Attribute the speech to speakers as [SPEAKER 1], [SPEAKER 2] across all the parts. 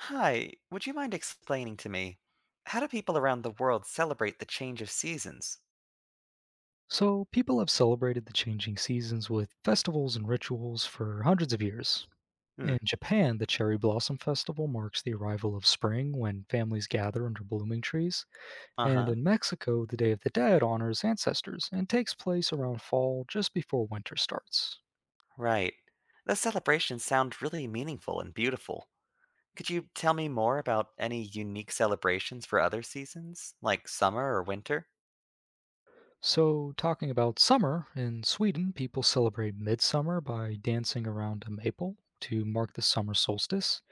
[SPEAKER 1] Hi, would you mind explaining to me how do people around the world celebrate the change of seasons?
[SPEAKER 2] So, people have celebrated the changing seasons with festivals and rituals for hundreds of years.
[SPEAKER 1] Hmm,
[SPEAKER 2] In Japan, the Cherry Blossom Festival marks the arrival of spring when families gather under blooming trees.
[SPEAKER 1] uh
[SPEAKER 2] And
[SPEAKER 1] huh,
[SPEAKER 2] in Mexico, the Day of the Dead honors ancestors and takes place around fall just before winter starts.
[SPEAKER 1] right. Those celebrations sound really meaningful and beautiful. Could you tell me more about any unique celebrations for other seasons, like summer or winter?
[SPEAKER 2] So, talking about summer, in Sweden, people celebrate midsummer by dancing around a maple to mark the summer solstice.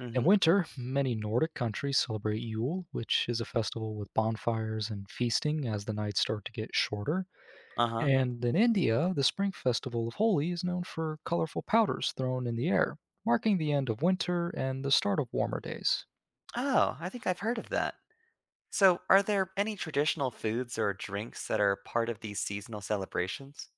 [SPEAKER 1] Mm
[SPEAKER 2] In
[SPEAKER 1] hmm,
[SPEAKER 2] winter, many Nordic countries celebrate Yule, which is a festival with bonfires and feasting as the nights start to get shorter.
[SPEAKER 1] uh huh.
[SPEAKER 2] And in India, the spring festival of Holi is known for colorful powders thrown in the air, marking the end of winter and the start of warmer days.
[SPEAKER 1] Oh, I think I've heard of that. So, are there any traditional foods or drinks that are part of these seasonal celebrations?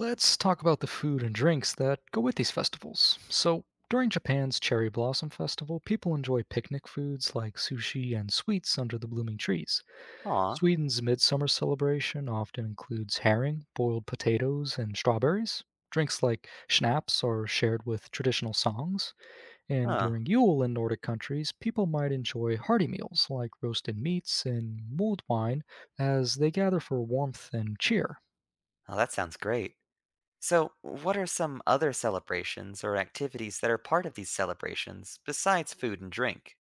[SPEAKER 2] Let's talk about the food and drinks that go with these festivals. So, during Japan's Cherry Blossom Festival, people enjoy picnic foods like sushi and sweets under the blooming trees.
[SPEAKER 1] Aw,
[SPEAKER 2] Sweden's midsummer celebration often includes herring, boiled potatoes, and strawberries. Drinks like schnapps are shared with traditional songs, and
[SPEAKER 1] huh.
[SPEAKER 2] during Yule in Nordic countries, people might enjoy hearty meals like roasted meats and mulled wine as they gather for warmth and cheer.
[SPEAKER 1] Oh, that sounds great. So, what are some other celebrations or activities that are part of these celebrations besides food and drink?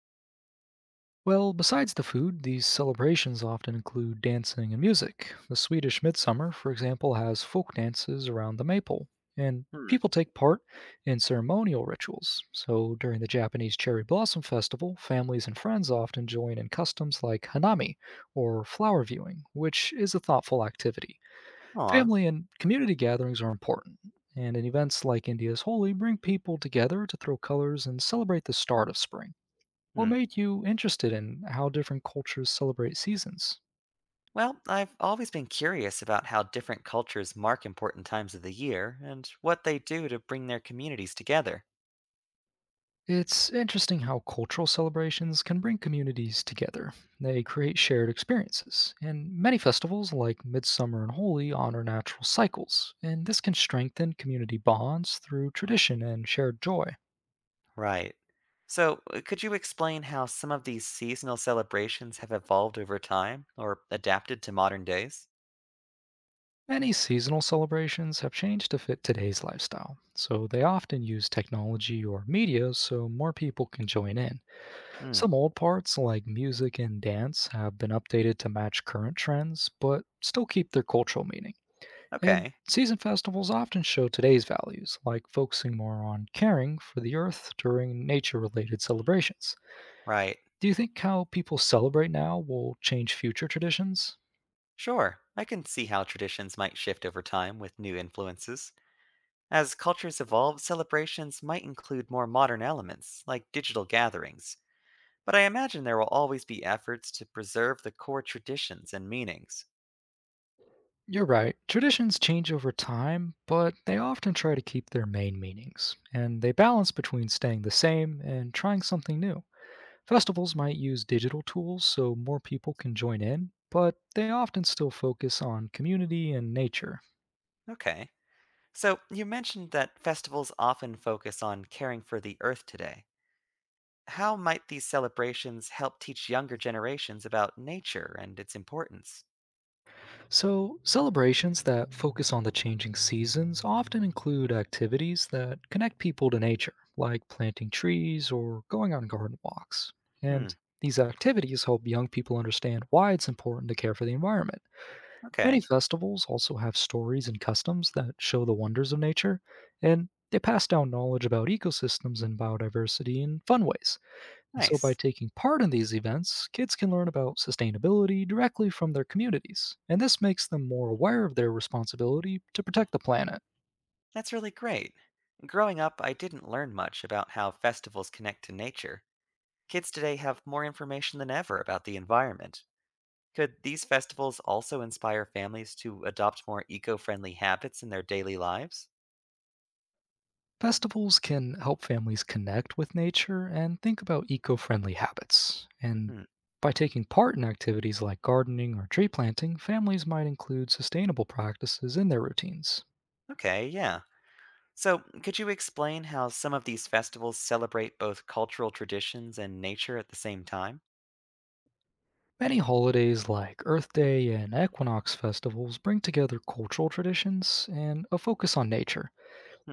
[SPEAKER 2] Well, besides the food, these celebrations often include dancing and music. The Swedish midsummer, for example, has folk dances around the maple, and
[SPEAKER 1] Hmm.
[SPEAKER 2] people take part in ceremonial rituals. So during the Japanese Cherry Blossom Festival, families and friends often join in customs like hanami, or flower viewing, which is a thoughtful activity.
[SPEAKER 1] Aw,
[SPEAKER 2] Family and community gatherings are important, and in events like India's Holi bring people together to throw colors and celebrate the start of spring. What
[SPEAKER 1] hmm.
[SPEAKER 2] made you interested in how different cultures celebrate seasons?
[SPEAKER 1] Well, I've always been curious about how different cultures mark important times of the year and what they do to bring their communities together.
[SPEAKER 2] It's interesting how cultural celebrations can bring communities together. They create shared experiences, and many festivals like Midsummer and Holy honor natural cycles, and this can strengthen community bonds through tradition and shared joy.
[SPEAKER 1] Right. So, could you explain how some of these seasonal celebrations have evolved over time or adapted to modern days?
[SPEAKER 2] Many seasonal celebrations have changed to fit today's lifestyle, so they often use technology or media so more people can join in.
[SPEAKER 1] Hmm,
[SPEAKER 2] Some old parts, like music and dance, have been updated to match current trends, but still keep their cultural meaning. And
[SPEAKER 1] okay.
[SPEAKER 2] season festivals often show today's values, like focusing more on caring for the earth during nature related celebrations.
[SPEAKER 1] Right.
[SPEAKER 2] Do you think how people celebrate now will change future traditions?
[SPEAKER 1] Sure, I can see how traditions might shift over time with new influences. As cultures evolve, celebrations might include more modern elements, like digital gatherings, but I imagine there will always be efforts to preserve the core traditions and meanings.
[SPEAKER 2] You're right. Traditions change over time, but they often try to keep their main meanings, and they balance between staying the same and trying something new. Festivals might use digital tools so more people can join in, but they often still focus on community and nature.
[SPEAKER 1] Okay. So, you mentioned that festivals often focus on caring for the earth today. How might these celebrations help teach younger generations about nature and its importance?
[SPEAKER 2] So, celebrations that focus on the changing seasons often include activities that connect people to nature, like planting trees or going on garden walks.
[SPEAKER 1] Hmm,
[SPEAKER 2] And these activities help young people understand why it's important to care for the environment. Many
[SPEAKER 1] okay.
[SPEAKER 2] festivals also have stories and customs that show the wonders of nature, and they pass down knowledge about ecosystems and biodiversity in fun ways. And so, by
[SPEAKER 1] Nice.
[SPEAKER 2] taking part in these events, kids can learn about sustainability directly from their communities, and this makes them more aware of their responsibility to protect the planet.
[SPEAKER 1] That's really great. Growing up, I didn't learn much about how festivals connect to nature. Kids today have more information than ever about the environment. Could these festivals also inspire families to adopt more eco friendly habits in their daily lives?
[SPEAKER 2] Festivals can help families connect with nature and think about eco friendly habits. And
[SPEAKER 1] Hmm.
[SPEAKER 2] by taking part in activities like gardening or tree planting, families might include sustainable practices in their routines.
[SPEAKER 1] Okay, yeah. So, could you explain how some of these festivals celebrate both cultural traditions and nature at the same time?
[SPEAKER 2] Many holidays like Earth Day and Equinox festivals bring together cultural traditions and a focus on nature.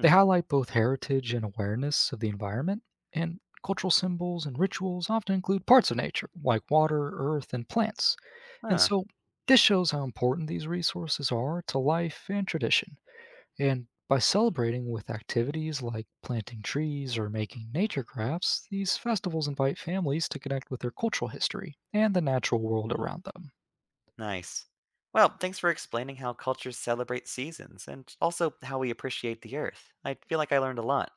[SPEAKER 2] They highlight both heritage and awareness of the environment, and cultural symbols and rituals often include parts of nature, like water, earth, and plants. And
[SPEAKER 1] Huh.
[SPEAKER 2] so this shows how important these resources are to life and tradition. And by celebrating with activities like planting trees or making nature crafts, these festivals invite families to connect with their cultural history and the natural world around them.
[SPEAKER 1] Nice. Well, thanks for explaining how cultures celebrate seasons and also how we appreciate the earth. I feel like I learned a lot.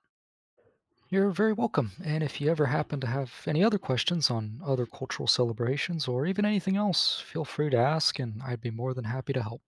[SPEAKER 2] You're very welcome. And if you ever happen to have any other questions on other cultural celebrations or even anything else, feel free to ask, and I'd be more than happy to help.